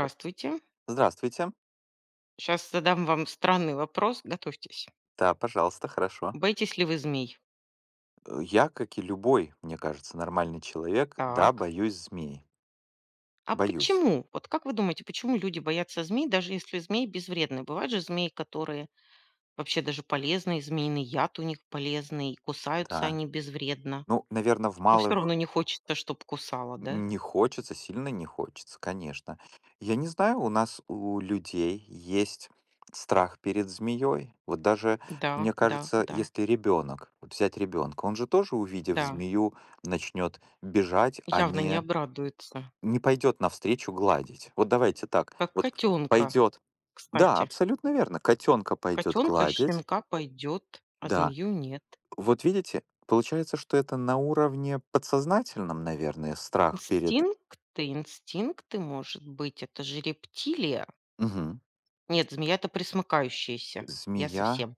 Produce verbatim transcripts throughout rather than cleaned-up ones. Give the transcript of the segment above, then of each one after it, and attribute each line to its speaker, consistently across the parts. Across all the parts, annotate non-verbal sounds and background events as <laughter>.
Speaker 1: Р. Здравствуйте.
Speaker 2: Сейчас задам вам странный вопрос. Готовьтесь.
Speaker 1: Да, пожалуйста, хорошо.
Speaker 2: Боитесь ли вы змей?
Speaker 1: Э, я, как и любой, мне кажется, нормальный человек, да,
Speaker 2: Так.
Speaker 1: боюсь змей.
Speaker 2: А
Speaker 1: Боюсь,
Speaker 2: почему? Вот как вы думаете, почему люди боятся змей, даже если змеи безвредны? Бывают же змеи, которые вообще даже полезны, и змеиный яд у них полезный, и кусаются
Speaker 1: да.
Speaker 2: они безвредно.
Speaker 1: Ну, наверное, в
Speaker 2: Но все
Speaker 1: малых
Speaker 2: равно не хочется, чтобы кусала, да?
Speaker 1: не хочется, сильно не хочется, конечно. Я не знаю, у нас у людей есть страх перед змеей. Вот даже,
Speaker 2: Да,
Speaker 1: мне
Speaker 2: да,
Speaker 1: кажется,
Speaker 2: да,
Speaker 1: если ребенок, вот взять ребенка, он же тоже, увидев
Speaker 2: да.
Speaker 1: змею, начнет бежать, а
Speaker 2: Явно не
Speaker 1: не
Speaker 2: обрадуется.
Speaker 1: не пойдет навстречу гладить. Вот давайте так,
Speaker 2: Как
Speaker 1: вот
Speaker 2: котенка,
Speaker 1: пойдет. Да,
Speaker 2: кстати.
Speaker 1: абсолютно верно. Котенка пойдет
Speaker 2: Котенка,
Speaker 1: гладить.
Speaker 2: щенка пойдет, а
Speaker 1: Да.
Speaker 2: змею нет.
Speaker 1: Вот видите, получается, что это на уровне подсознательном, наверное, страх перед.
Speaker 2: Инстинкты инстинкты, может быть, это же рептилия.
Speaker 1: Мгм.
Speaker 2: Нет, змея — это пресмыкающаяся. Я
Speaker 1: Змея,
Speaker 2: совсем.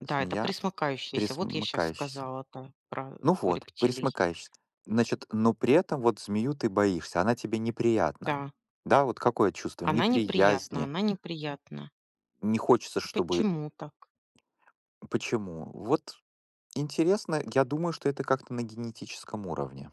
Speaker 2: Да, это
Speaker 1: змея
Speaker 2: пресмыкающаяся. Вот я сейчас
Speaker 1: присмыкающаяся.
Speaker 2: сказала-то про
Speaker 1: Ну вот,
Speaker 2: рептилий.
Speaker 1: присмыкающаяся. Значит, но при этом вот змею ты боишься, она тебе неприятна.
Speaker 2: Да,
Speaker 1: Да, вот какое чувство
Speaker 2: она неприятна,
Speaker 1: неприязни,
Speaker 2: она неприятна.
Speaker 1: не хочется, чтобы...
Speaker 2: Почему так?
Speaker 1: Почему? Вот интересно, я думаю, что это как-то на генетическом уровне.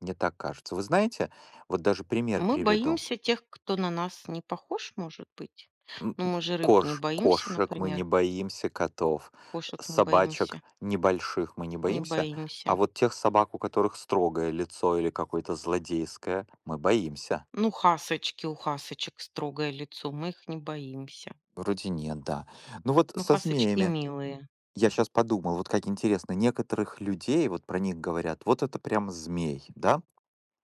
Speaker 1: Мне так кажется. Вы знаете, вот даже пример
Speaker 2: Мы
Speaker 1: приведу.
Speaker 2: боимся тех, кто на нас не похож, может быть?
Speaker 1: М,
Speaker 2: Ну,
Speaker 1: м,
Speaker 2: мы же рыб не
Speaker 1: Кож,
Speaker 2: боимся,
Speaker 1: кошек мы не
Speaker 2: например,
Speaker 1: боимся, котов,
Speaker 2: кошек не
Speaker 1: собачек
Speaker 2: боимся,
Speaker 1: небольших мы не
Speaker 2: не
Speaker 1: боимся, а
Speaker 2: боимся.
Speaker 1: вот тех собак, у которых строгое лицо или какое-то злодейское, мы боимся.
Speaker 2: Ну, хасочки, у хасочек строгое лицо, мы их не боимся.
Speaker 1: Вроде нет, да. Ну вот
Speaker 2: Ну,
Speaker 1: со
Speaker 2: хасочки
Speaker 1: змеями.
Speaker 2: милые.
Speaker 1: Я сейчас подумал, вот как интересно, некоторых людей, вот про них говорят, вот это прям змей, да,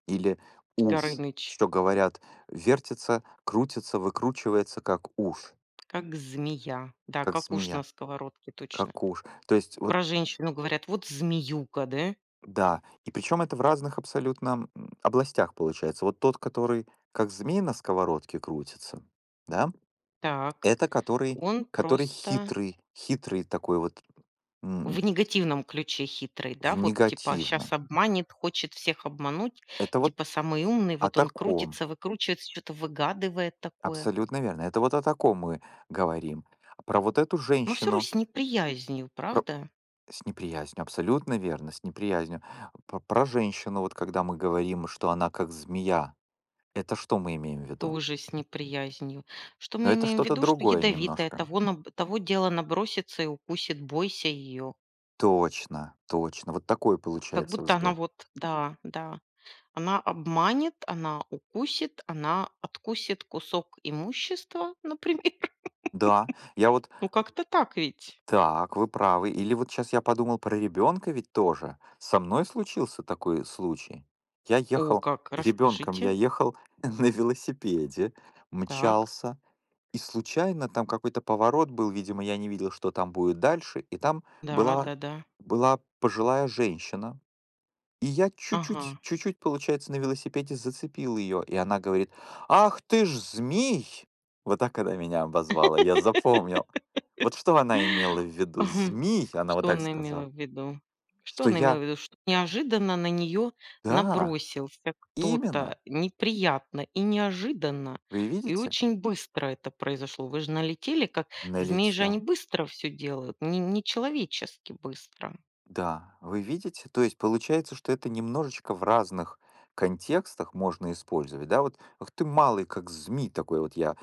Speaker 1: или уж,
Speaker 2: Горыныч,
Speaker 1: что говорят, вертится, крутится, выкручивается, как уж,
Speaker 2: как змея. Да,
Speaker 1: как
Speaker 2: как уж на
Speaker 1: змея.
Speaker 2: сковородке, точно.
Speaker 1: Как уж. То есть вот
Speaker 2: Про женщину говорят: "Вот змеюка, да?"
Speaker 1: да, и причем это в разных абсолютно, м, областях получается. Вот тот, который как змей на сковородке крутится, да,
Speaker 2: Так.
Speaker 1: это который,
Speaker 2: Он
Speaker 1: который
Speaker 2: просто
Speaker 1: хитрый, хитрый такой вот, м,
Speaker 2: в негативном ключе хитрый,
Speaker 1: в
Speaker 2: да? Вот типа
Speaker 1: негативно.
Speaker 2: сейчас обманет, хочет всех обмануть,
Speaker 1: Это вот
Speaker 2: типа самый умный,
Speaker 1: о
Speaker 2: вот он
Speaker 1: таком,
Speaker 2: крутится, выкручивается, что то выгадывает такое.
Speaker 1: абсолютно верно. Это вот о таком мы говорим. А про вот эту
Speaker 2: Но все равно
Speaker 1: женщину
Speaker 2: с неприязнью,
Speaker 1: про-
Speaker 2: правда?
Speaker 1: с неприязнью, абсолютно верно, с неприязнью. Про, про женщину, вот когда мы говорим, что она как змея, это что мы имеем в виду?
Speaker 2: Тоже с неприязнью. Что
Speaker 1: Но
Speaker 2: мы
Speaker 1: это
Speaker 2: имеем в
Speaker 1: что-то
Speaker 2: виду? Что
Speaker 1: другое
Speaker 2: ядовитая,
Speaker 1: немножко.
Speaker 2: того наб того дела набросится и укусит, бойся ее.
Speaker 1: Точно, точно. Вот такой
Speaker 2: Как
Speaker 1: получается
Speaker 2: будто она
Speaker 1: взгляд.
Speaker 2: вот, да, да, она обманет, она укусит, она откусит кусок имущества, например. <laughs>
Speaker 1: Да, я вот
Speaker 2: Ну, как-то так ведь.
Speaker 1: так, вы правы. Или вот сейчас я подумал про ребенка ведь тоже. Со мной случился такой случай. Я
Speaker 2: О,
Speaker 1: ехал,
Speaker 2: как,
Speaker 1: ребенком я
Speaker 2: расскажите.
Speaker 1: ехал <laughs> на велосипеде,
Speaker 2: Так.
Speaker 1: мчался, и случайно там какой-то поворот был, видимо, я не видел, что там будет дальше, и там
Speaker 2: Да,
Speaker 1: была,
Speaker 2: да-да.
Speaker 1: была пожилая женщина. И я чуть-чуть,
Speaker 2: Ага.
Speaker 1: чуть-чуть, получается, на велосипеде зацепил ее, и она говорит: "Ах ты ж змей!" Вот так она меня обозвала, я запомнил. Вот что она имела в виду?
Speaker 2: Мгм.
Speaker 1: "Змий", она вот
Speaker 2: Что
Speaker 1: так
Speaker 2: она имела
Speaker 1: сказала.
Speaker 2: в виду? Что
Speaker 1: Что
Speaker 2: она имела
Speaker 1: я
Speaker 2: в виду? Что неожиданно на нее
Speaker 1: да,
Speaker 2: набросился
Speaker 1: именно,
Speaker 2: кто-то неприятно и неожиданно,
Speaker 1: вы
Speaker 2: и
Speaker 1: видите?
Speaker 2: очень быстро это произошло. Вы же налетели, как змеи же
Speaker 1: Налетел.
Speaker 2: они быстро все делают, не нечеловечески быстро.
Speaker 1: Да, вы видите? То есть получается, что это немножечко в разных контекстах можно использовать, да? Вот: "Ах ты малый, как змей такой". Вот я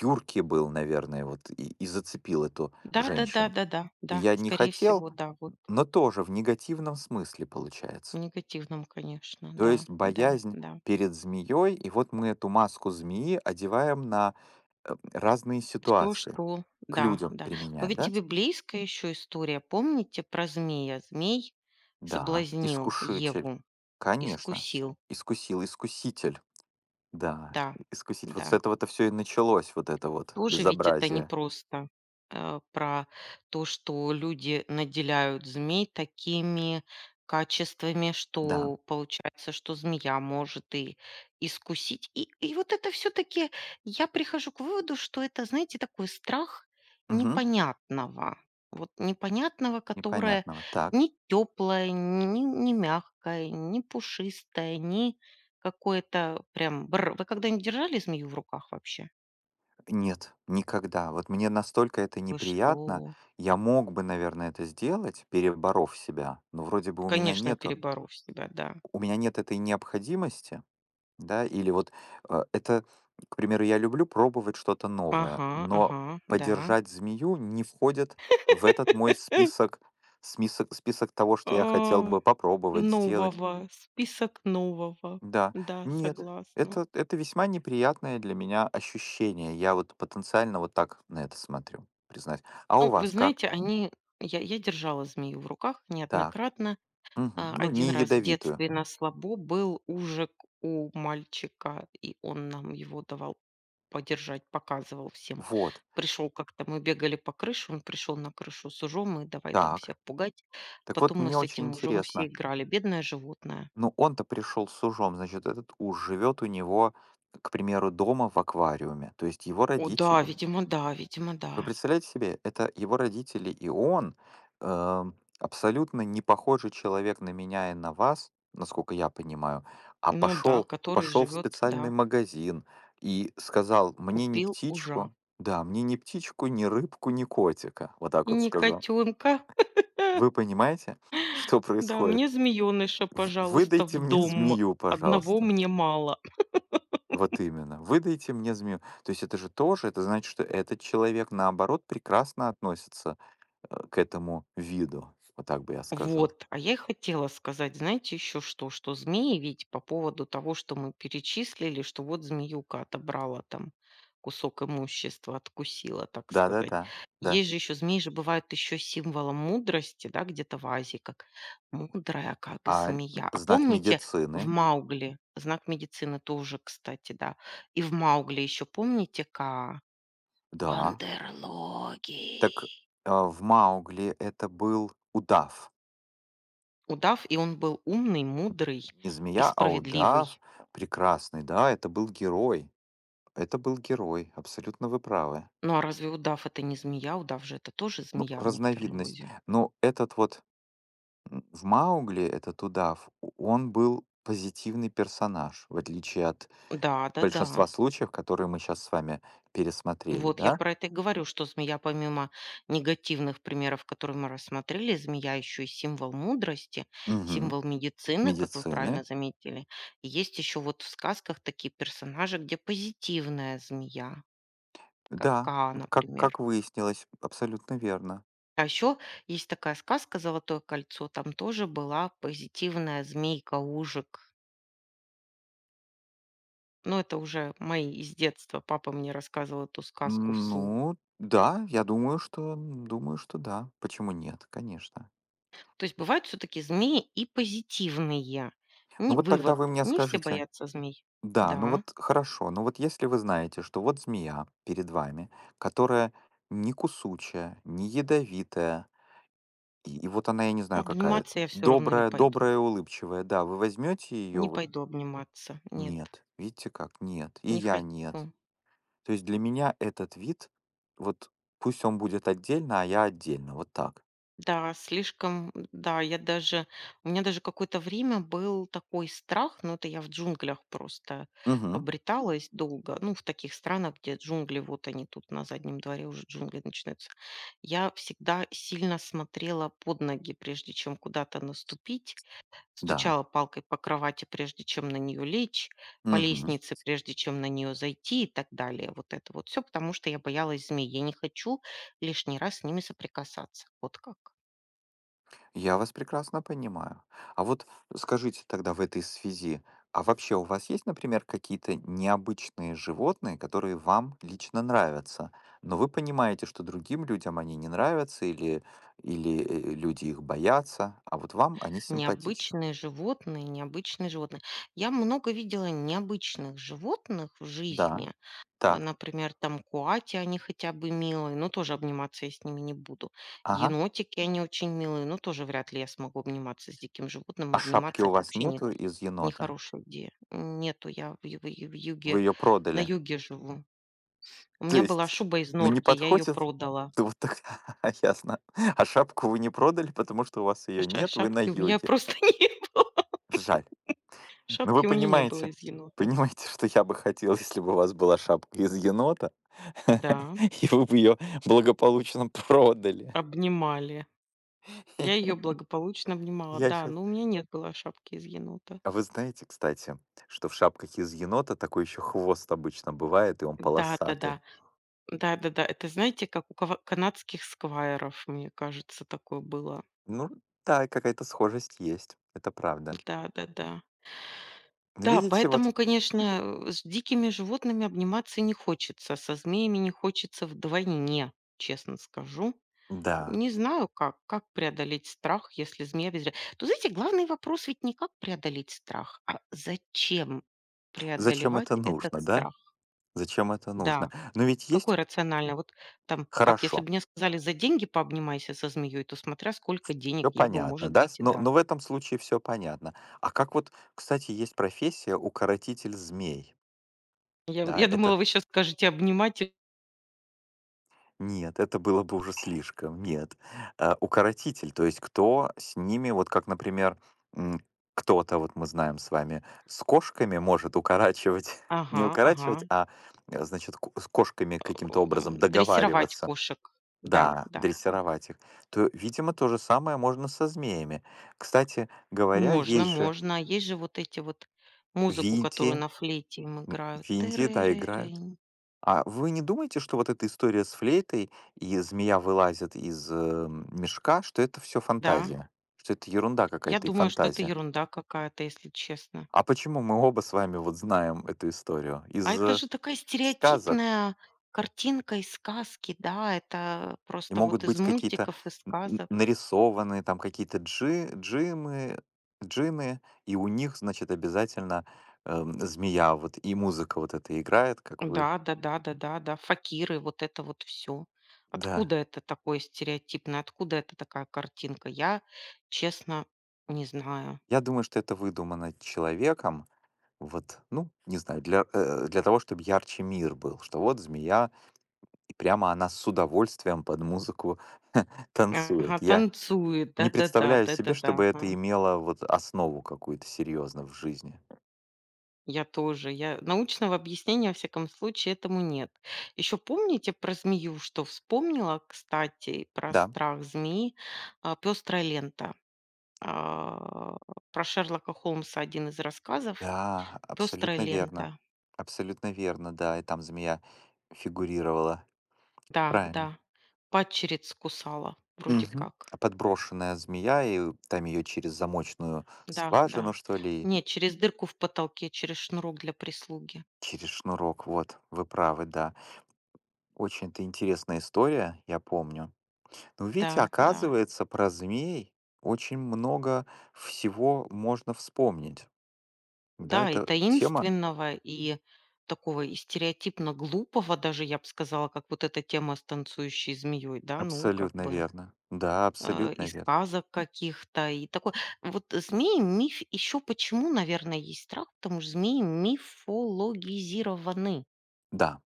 Speaker 1: юркий был, наверное, вот и и зацепил эту
Speaker 2: Да-да-да-да-да, да,
Speaker 1: женщину.
Speaker 2: да, да, да,
Speaker 1: И
Speaker 2: да,
Speaker 1: я не
Speaker 2: скорее
Speaker 1: хотел,
Speaker 2: всего, да, вот
Speaker 1: но тоже в негативном смысле
Speaker 2: в
Speaker 1: получается.
Speaker 2: негативном, конечно,
Speaker 1: То
Speaker 2: да,
Speaker 1: есть
Speaker 2: да,
Speaker 1: боязнь
Speaker 2: да.
Speaker 1: перед змеей, и вот мы эту маску змеи одеваем на, э, разные
Speaker 2: Всё,
Speaker 1: ситуации.
Speaker 2: что
Speaker 1: К
Speaker 2: да,
Speaker 1: людям
Speaker 2: да. Но
Speaker 1: применяем,
Speaker 2: ведь
Speaker 1: да?
Speaker 2: тебе близко еще история. Помните про змея? Змей
Speaker 1: Да,
Speaker 2: соблазнил
Speaker 1: искушитель.
Speaker 2: Еву,
Speaker 1: Конечно.
Speaker 2: искусил.
Speaker 1: Искусил, искуситель. Да,
Speaker 2: Да,
Speaker 1: искуситель. Вот с
Speaker 2: да.
Speaker 1: этого-то все и началось, вот это вот
Speaker 2: Тоже ведь это
Speaker 1: безобразие.
Speaker 2: непросто, э, про то, что люди наделяют змей такими качествами,
Speaker 1: Да.
Speaker 2: что получается, что змея может и искусить. И и вот это все таки я прихожу к выводу, что это, знаете, такой страх
Speaker 1: Мгм.
Speaker 2: непонятного. Вот непонятного, которое
Speaker 1: Непонятного. Так.
Speaker 2: не теплое, не не не мягкое, не пушистое, не какое-то прям бр. Вы когда-нибудь держали змею в руках вообще?
Speaker 1: Нет, никогда. Вот мне настолько это
Speaker 2: Вы
Speaker 1: неприятно.
Speaker 2: что?
Speaker 1: Я мог бы, наверное, это сделать, переборов себя, но вроде бы у меня
Speaker 2: Конечно,
Speaker 1: нету,
Speaker 2: переборов себя, да.
Speaker 1: у меня нет этой необходимости, да, или вот, э, это, к примеру, я люблю пробовать что-то новое,
Speaker 2: Ага,
Speaker 1: но
Speaker 2: ага, да.
Speaker 1: подержать змею не входит в этот мой
Speaker 2: <laughs>
Speaker 1: список, список, список того, что я хотел
Speaker 2: А,
Speaker 1: бы попробовать, сделать.
Speaker 2: нового, список нового.
Speaker 1: Да,
Speaker 2: Да,
Speaker 1: нет,
Speaker 2: согласна.
Speaker 1: это это весьма неприятное для меня ощущение. Я вот потенциально вот так на это смотрю, признать. А у
Speaker 2: Ну, вы
Speaker 1: вас как?
Speaker 2: знаете, они я я держала змею в руках
Speaker 1: Так,
Speaker 2: неоднократно.
Speaker 1: мгм,
Speaker 2: А,
Speaker 1: ну,
Speaker 2: один
Speaker 1: не
Speaker 2: раз в
Speaker 1: ядовитую.
Speaker 2: детстве на слабо был ужик у мальчика, и он нам его давал подержать, показывал всем.
Speaker 1: Вот,
Speaker 2: Пришел как-то, мы бегали по крыше, он пришел на крышу с ужом и давай там
Speaker 1: так.
Speaker 2: всех пугать. А
Speaker 1: Так вот,
Speaker 2: потом мы
Speaker 1: мне
Speaker 2: с
Speaker 1: очень
Speaker 2: этим ужом все
Speaker 1: интересно.
Speaker 2: играли. Бедное животное.
Speaker 1: Ну, он-то пришел с ужом, значит, этот уж живет у него, к примеру, дома в аквариуме. То есть его
Speaker 2: О да,
Speaker 1: родители.
Speaker 2: видимо, да, видимо,
Speaker 1: Вы
Speaker 2: да.
Speaker 1: представляете себе, это его родители и он, эм, абсолютно не похожий человек на меня и на вас, насколько я понимаю, а
Speaker 2: Ну да,
Speaker 1: пошел,
Speaker 2: который
Speaker 1: пошел в
Speaker 2: живет,
Speaker 1: специальный
Speaker 2: да,
Speaker 1: магазин и сказал, мне не
Speaker 2: купил ужа.
Speaker 1: птичку, да, мне не птичку, не рыбку, не котика. Вот так
Speaker 2: И
Speaker 1: вот
Speaker 2: не
Speaker 1: сказал.
Speaker 2: котенка. <laughs>
Speaker 1: Вы понимаете, что
Speaker 2: Да,
Speaker 1: происходит?
Speaker 2: мне змееныша,
Speaker 1: В-
Speaker 2: пожалуйста,
Speaker 1: Выдайте
Speaker 2: в
Speaker 1: мне
Speaker 2: дом.
Speaker 1: змею,
Speaker 2: Одного
Speaker 1: пожалуйста.
Speaker 2: мне мало.
Speaker 1: Вот именно. Выдайте мне змею. То есть это же тоже, это значит, что этот человек, наоборот, прекрасно относится, э, к этому виду, вот так бы я сказал.
Speaker 2: Вот, а я и хотела сказать, знаете, еще что, что змеи ведь по поводу того, что мы перечислили, что вот змеюка отобрала там кусок имущества, откусила, так сказать.
Speaker 1: Да-да-да, да.
Speaker 2: Есть же еще, змеи же бывают еще символом мудрости, да, где-то в Азии, как мудрая, как
Speaker 1: А м,
Speaker 2: змея. А
Speaker 1: знак
Speaker 2: помните
Speaker 1: медицины?
Speaker 2: в «Маугли», знак медицины тоже, кстати, да, и в «Маугли» еще помните, как
Speaker 1: Да.
Speaker 2: Бандерлоги.
Speaker 1: Так, а, в "Маугли" это был удав.
Speaker 2: Удав, и он был умный, мудрый
Speaker 1: Не
Speaker 2: и
Speaker 1: змея, а удав
Speaker 2: справедливый.
Speaker 1: прекрасный, да, это был герой. Это был герой, абсолютно вы правы.
Speaker 2: Ну, а разве удав — это не змея? Удав же — это тоже
Speaker 1: Ну,
Speaker 2: змея в некотором
Speaker 1: разновидность.
Speaker 2: роде.
Speaker 1: Но этот вот, м, в "Маугли", этот удав, о он был позитивный персонаж, в отличие от
Speaker 2: Да-да-да.
Speaker 1: большинства случаев, которые мы сейчас с вами пересмотрели,
Speaker 2: Вот я
Speaker 1: да?
Speaker 2: про это и говорю, что змея, помимо негативных примеров, которые мы рассмотрели, змея еще и символ мудрости,
Speaker 1: Мгм.
Speaker 2: символ медицины, как вы правильно
Speaker 1: Медицины?
Speaker 2: заметили. И есть еще вот в сказках такие персонажи, где позитивная змея, как
Speaker 1: Да,
Speaker 2: Каа,
Speaker 1: вот как
Speaker 2: например.
Speaker 1: как выяснилось, абсолютно верно.
Speaker 2: А еще есть такая сказка «Золотое кольцо», там тоже была позитивная змейка-ужик. Но это уже мои из детства. Папа мне рассказывал эту сказку вслух.
Speaker 1: Ну да, я думаю, что думаю, что да. Почему нет? Конечно.
Speaker 2: То есть бывают все-таки змеи и позитивные.
Speaker 1: Ну
Speaker 2: Не,
Speaker 1: вот тогда
Speaker 2: вывод.
Speaker 1: вы мне
Speaker 2: Не все
Speaker 1: скажите
Speaker 2: боятся змей.
Speaker 1: да, ну вот
Speaker 2: Да.
Speaker 1: хорошо, ну вот если вы знаете, что вот змея перед вами, которая не кусучая, не ядовитая, и и вот она, я не знаю, какая,
Speaker 2: Обниматься я все равно не
Speaker 1: добрая,
Speaker 2: пойду.
Speaker 1: добрая, улыбчивая, да, вы возьмете ее?
Speaker 2: Не
Speaker 1: Вот
Speaker 2: пойду обниматься. Нет.
Speaker 1: нет. Видите как? Нет. И
Speaker 2: Не
Speaker 1: я нет.
Speaker 2: хочу.
Speaker 1: То есть для меня этот вид, вот пусть он будет отдельно, а я отдельно, вот так.
Speaker 2: Да, слишком, да, я даже у меня даже какое-то время был такой страх, но это я в джунглях просто
Speaker 1: Мгм.
Speaker 2: обреталась долго, ну, в таких странах, где джунгли, вот они тут на заднем дворе уже джунгли начинаются. Я всегда сильно смотрела под ноги, прежде чем куда-то наступить,
Speaker 1: Да.
Speaker 2: стучала палкой по кровати, прежде чем на нее лечь, по
Speaker 1: Мгм.
Speaker 2: лестнице, прежде чем на нее зайти и так далее. Вот это вот все, потому что я боялась змей. Я не хочу лишний раз с ними соприкасаться. Вот как.
Speaker 1: Я вас прекрасно понимаю. А вот скажите тогда в этой связи, а вообще у вас есть, например, какие-то необычные животные, которые вам лично нравятся, но вы понимаете, что другим людям они не нравятся или, или э, люди их боятся, а вот вам они симпатичны?
Speaker 2: Необычные животные, необычные животные. Я много видела необычных животных в
Speaker 1: Да.
Speaker 2: жизни. А,
Speaker 1: Так.
Speaker 2: например, там куати, они хотя бы милые, но тоже обниматься я с ними не буду.
Speaker 1: Ага.
Speaker 2: Енотики, они очень милые, но тоже вряд ли я смогу обниматься с диким животным.
Speaker 1: А шапки
Speaker 2: Обниматься
Speaker 1: у
Speaker 2: это
Speaker 1: вас
Speaker 2: вообще не,
Speaker 1: нету из енота?
Speaker 2: нехорошая идея. Нету, я в, ю- в ю- в
Speaker 1: Вы
Speaker 2: юге,
Speaker 1: ее
Speaker 2: на
Speaker 1: продали?
Speaker 2: юге живу. У
Speaker 1: То
Speaker 2: меня была
Speaker 1: есть,
Speaker 2: шуба из
Speaker 1: ну, не
Speaker 2: норки, я ее
Speaker 1: подходит?
Speaker 2: продала.
Speaker 1: То вот так, <laughs> ясно. А шапку вы не продали, потому что у вас ее
Speaker 2: Ша-
Speaker 1: нет, вы на
Speaker 2: шапки у меня
Speaker 1: юге.
Speaker 2: просто <laughs> не было.
Speaker 1: Жаль. Но вы
Speaker 2: Шапки у меня не было
Speaker 1: понимаете
Speaker 2: из енота.
Speaker 1: понимаете, <laughs> что я бы хотел, если бы у вас была шапка из енота,
Speaker 2: Да.
Speaker 1: <laughs> и вы бы ее благополучно продали.
Speaker 2: Обнимали. Я ее
Speaker 1: <laughs>
Speaker 2: благополучно обнимала.
Speaker 1: Я
Speaker 2: Да,
Speaker 1: сейчас.
Speaker 2: но у меня не было шапки из енота.
Speaker 1: А вы знаете, кстати, что в шапках из енота такой еще хвост обычно бывает, и он полосатый?
Speaker 2: Да-да-да. Да-да-да. Это, знаете, как у кава канадских сквайров, мне кажется, такое было.
Speaker 1: Ну да, какая-то схожесть есть. Это правда.
Speaker 2: Да-да-да.
Speaker 1: Ну,
Speaker 2: Да,
Speaker 1: видите, вот
Speaker 2: поэтому, конечно, э, с дикими животными обниматься не хочется, со змеями не хочется вдвойне, честно скажу.
Speaker 1: да.
Speaker 2: Не знаю, как как преодолеть страх, если змея без ре Тут, знаете, главный вопрос ведь не как преодолеть страх, а зачем
Speaker 1: Зачем это
Speaker 2: преодолевать этот
Speaker 1: нужно, да?
Speaker 2: страх?
Speaker 1: Зачем это нужно?
Speaker 2: Да.
Speaker 1: Но ведь есть
Speaker 2: Какой рационально? Вот там, как если
Speaker 1: хорошо,
Speaker 2: бы мне сказали: «За деньги пообнимайся со змеей», то смотря сколько денег,
Speaker 1: все
Speaker 2: я бы,
Speaker 1: понятно,
Speaker 2: может
Speaker 1: да?
Speaker 2: быть,
Speaker 1: С
Speaker 2: и
Speaker 1: Но
Speaker 2: да.
Speaker 1: но в этом случае все понятно. А как вот, кстати, есть профессия укоротитель змей,
Speaker 2: Я вот
Speaker 1: да?
Speaker 2: я
Speaker 1: Это
Speaker 2: думала, вы сейчас скажете обнимать и
Speaker 1: нет, это было бы уже слишком, нет. Э, укоротитель, то есть кто с ними, вот как, например, м, кто-то, вот мы знаем с вами, с кошками может укорачивать, <laughs> не
Speaker 2: Ага, ага.
Speaker 1: укорачивать, а, э, значит, ко с кошками каким-то
Speaker 2: М,
Speaker 1: образом
Speaker 2: дрессировать
Speaker 1: договариваться.
Speaker 2: кошек. Да,
Speaker 1: Да,
Speaker 2: да, да.
Speaker 1: дрессировать их. То, видимо, то же самое можно со змеями. Кстати говоря,
Speaker 2: Можно,
Speaker 1: есть же
Speaker 2: можно. А есть же вот эти вот
Speaker 1: в
Speaker 2: музыку, которую
Speaker 1: Индии,
Speaker 2: на флейте им
Speaker 1: м,
Speaker 2: играют.
Speaker 1: в Индии, да, мгм, играют.
Speaker 2: Тырырырынь.
Speaker 1: А вы не думаете, что вот эта история с флейтой и змея вылазит из, э, м, мешка, что это все
Speaker 2: Да,
Speaker 1: фантазия? Что это ерунда
Speaker 2: я
Speaker 1: какая-то и
Speaker 2: думаю, что это
Speaker 1: фантазия?
Speaker 2: ерунда какая-то, если честно.
Speaker 1: А почему мы оба с вами вот знаем эту историю?
Speaker 2: А
Speaker 1: Из,
Speaker 2: это
Speaker 1: э,
Speaker 2: же такая
Speaker 1: сказок.
Speaker 2: стереотипная картинка из сказки, да, это
Speaker 1: И
Speaker 2: просто
Speaker 1: могут
Speaker 2: вот из
Speaker 1: быть какие-то
Speaker 2: мультиков, из
Speaker 1: н н
Speaker 2: сказок.
Speaker 1: нарисованные там какие-то джи джимы джины, и у них, значит, обязательно, эм, змея вот и музыка вот эта играет, как вы.
Speaker 2: Да, да, да, да, да, да, факиры, вот это вот все.
Speaker 1: Да.
Speaker 2: Откуда это такое стереотипное, откуда это такая картинка? Я, честно, не знаю.
Speaker 1: Я думаю, что это выдумано человеком, вот, ну, не знаю, для, э, для того, чтобы ярче мир был, что вот змея, и прямо она с удовольствием под музыку <laughs>
Speaker 2: Ага,
Speaker 1: танцует. Я
Speaker 2: танцует,
Speaker 1: не
Speaker 2: да-да-да,
Speaker 1: представляю себе,
Speaker 2: да-да-да,
Speaker 1: чтобы
Speaker 2: ага.
Speaker 1: это имело вот основу какую-то серьезно в жизни.
Speaker 2: Я тоже. Я научного объяснения, во всяком случае, этому нет. Еще помните про змею, что вспомнила, кстати, про
Speaker 1: Да.
Speaker 2: страх змеи, а, «Пестрая лента». А, про Шерлока Холмса один из рассказов
Speaker 1: Да,
Speaker 2: «Пестрая
Speaker 1: абсолютно верно.
Speaker 2: лента».
Speaker 1: Абсолютно верно, да. И там змея фигурировала.
Speaker 2: Да, да.
Speaker 1: Правильно.
Speaker 2: Падчериц кусала вроде
Speaker 1: Мгм.
Speaker 2: как.
Speaker 1: Подброшенная змея, и там ее через замочную
Speaker 2: Да, да.
Speaker 1: скважину, что ли, и
Speaker 2: Нет, через дырку в потолке, через шнурок для прислуги.
Speaker 1: через шнурок. Вот, вы правы, да. Очень-то интересная история, я помню. Ну, видите,
Speaker 2: Да, да.
Speaker 1: оказывается, про змей очень много всего можно вспомнить. Да,
Speaker 2: Да, и
Speaker 1: эта тема
Speaker 2: таинственного, и такого, и стереотипно глупого даже, я бы сказала, как вот эта тема с танцующей змеей, да, ну, как
Speaker 1: абсолютно
Speaker 2: бы
Speaker 1: верно. Да,
Speaker 2: э, и
Speaker 1: абсолютно верно.
Speaker 2: сказок каких-то, и такой. Вот змеи миф еще почему, наверное, есть страх, потому что змеи мифологизированы.
Speaker 1: Да.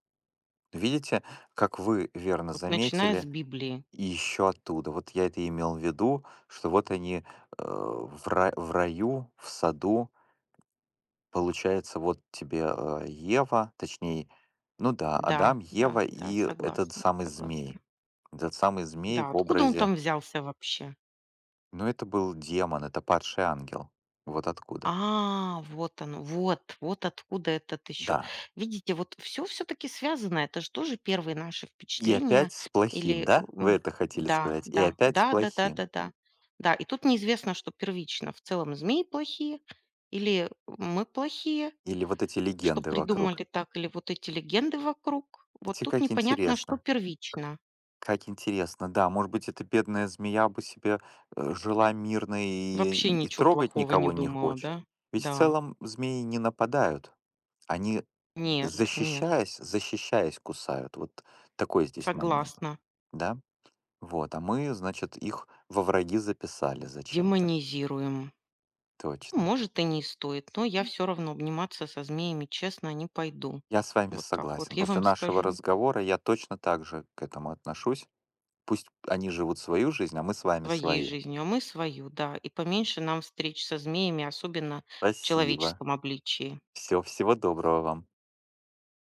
Speaker 1: Видите, как вы верно
Speaker 2: Вот начиная с
Speaker 1: заметили,
Speaker 2: Библии.
Speaker 1: и еще оттуда. Вот я это и имел в виду, что вот они, э, в, ра- в раю, в саду, получается, вот тебе, э, Ева, точнее, ну да,
Speaker 2: Да,
Speaker 1: Адам,
Speaker 2: да,
Speaker 1: Ева
Speaker 2: да,
Speaker 1: и этот
Speaker 2: согласна,
Speaker 1: самый
Speaker 2: согласна.
Speaker 1: змей. Этот самый змей
Speaker 2: Да,
Speaker 1: в
Speaker 2: откуда он
Speaker 1: образе,
Speaker 2: там взялся вообще?
Speaker 1: ну это был демон, это падший ангел. Вот откуда.
Speaker 2: А, вот оно, вот, вот откуда этот еще.
Speaker 1: Да.
Speaker 2: Видите, вот все все-таки связано. Это же тоже первые наши
Speaker 1: И опять
Speaker 2: впечатления.
Speaker 1: с плохим,
Speaker 2: Или
Speaker 1: да? Вы
Speaker 2: м,
Speaker 1: это хотели
Speaker 2: да,
Speaker 1: сказать? И
Speaker 2: да,
Speaker 1: опять с
Speaker 2: да, да, да, да,
Speaker 1: плохим.
Speaker 2: да. Да, и тут неизвестно, что первично. В целом змеи плохие или мы плохие,
Speaker 1: Или вот эти
Speaker 2: что
Speaker 1: легенды вокруг.
Speaker 2: придумали так, или вот эти легенды вокруг. Вот
Speaker 1: Видите,
Speaker 2: тут
Speaker 1: как
Speaker 2: непонятно, что
Speaker 1: интересно.
Speaker 2: первично.
Speaker 1: Как интересно, да. Может быть, эта бедная змея бы себе, э, жила мирно и
Speaker 2: Вообще
Speaker 1: и
Speaker 2: ничего
Speaker 1: трогать
Speaker 2: плохого не
Speaker 1: никого не
Speaker 2: думала,
Speaker 1: хочет.
Speaker 2: да?
Speaker 1: Ведь в
Speaker 2: Да.
Speaker 1: целом змеи не нападают. Они,
Speaker 2: Нет, нет.
Speaker 1: защищаясь защищаясь, кусают. Вот такой здесь момент,
Speaker 2: Согласна.
Speaker 1: да? Вот, а мы, значит, их во враги записали зачем-то.
Speaker 2: Демонизируем. Ну,
Speaker 1: Точно.
Speaker 2: может, и не стоит, но я все равно обниматься со змеями, честно, не пойду.
Speaker 1: Я с вами
Speaker 2: Вот так вот
Speaker 1: согласен.
Speaker 2: я
Speaker 1: После
Speaker 2: вам
Speaker 1: нашего
Speaker 2: скажу.
Speaker 1: разговора я точно так же к этому отношусь. Пусть они живут свою жизнь, а мы с вами
Speaker 2: Своей
Speaker 1: свои.
Speaker 2: жизнью, а мы свою, да. И поменьше нам встреч со змеями, особенно в
Speaker 1: Спасибо.
Speaker 2: человеческом обличии.
Speaker 1: Всё, всего доброго вам.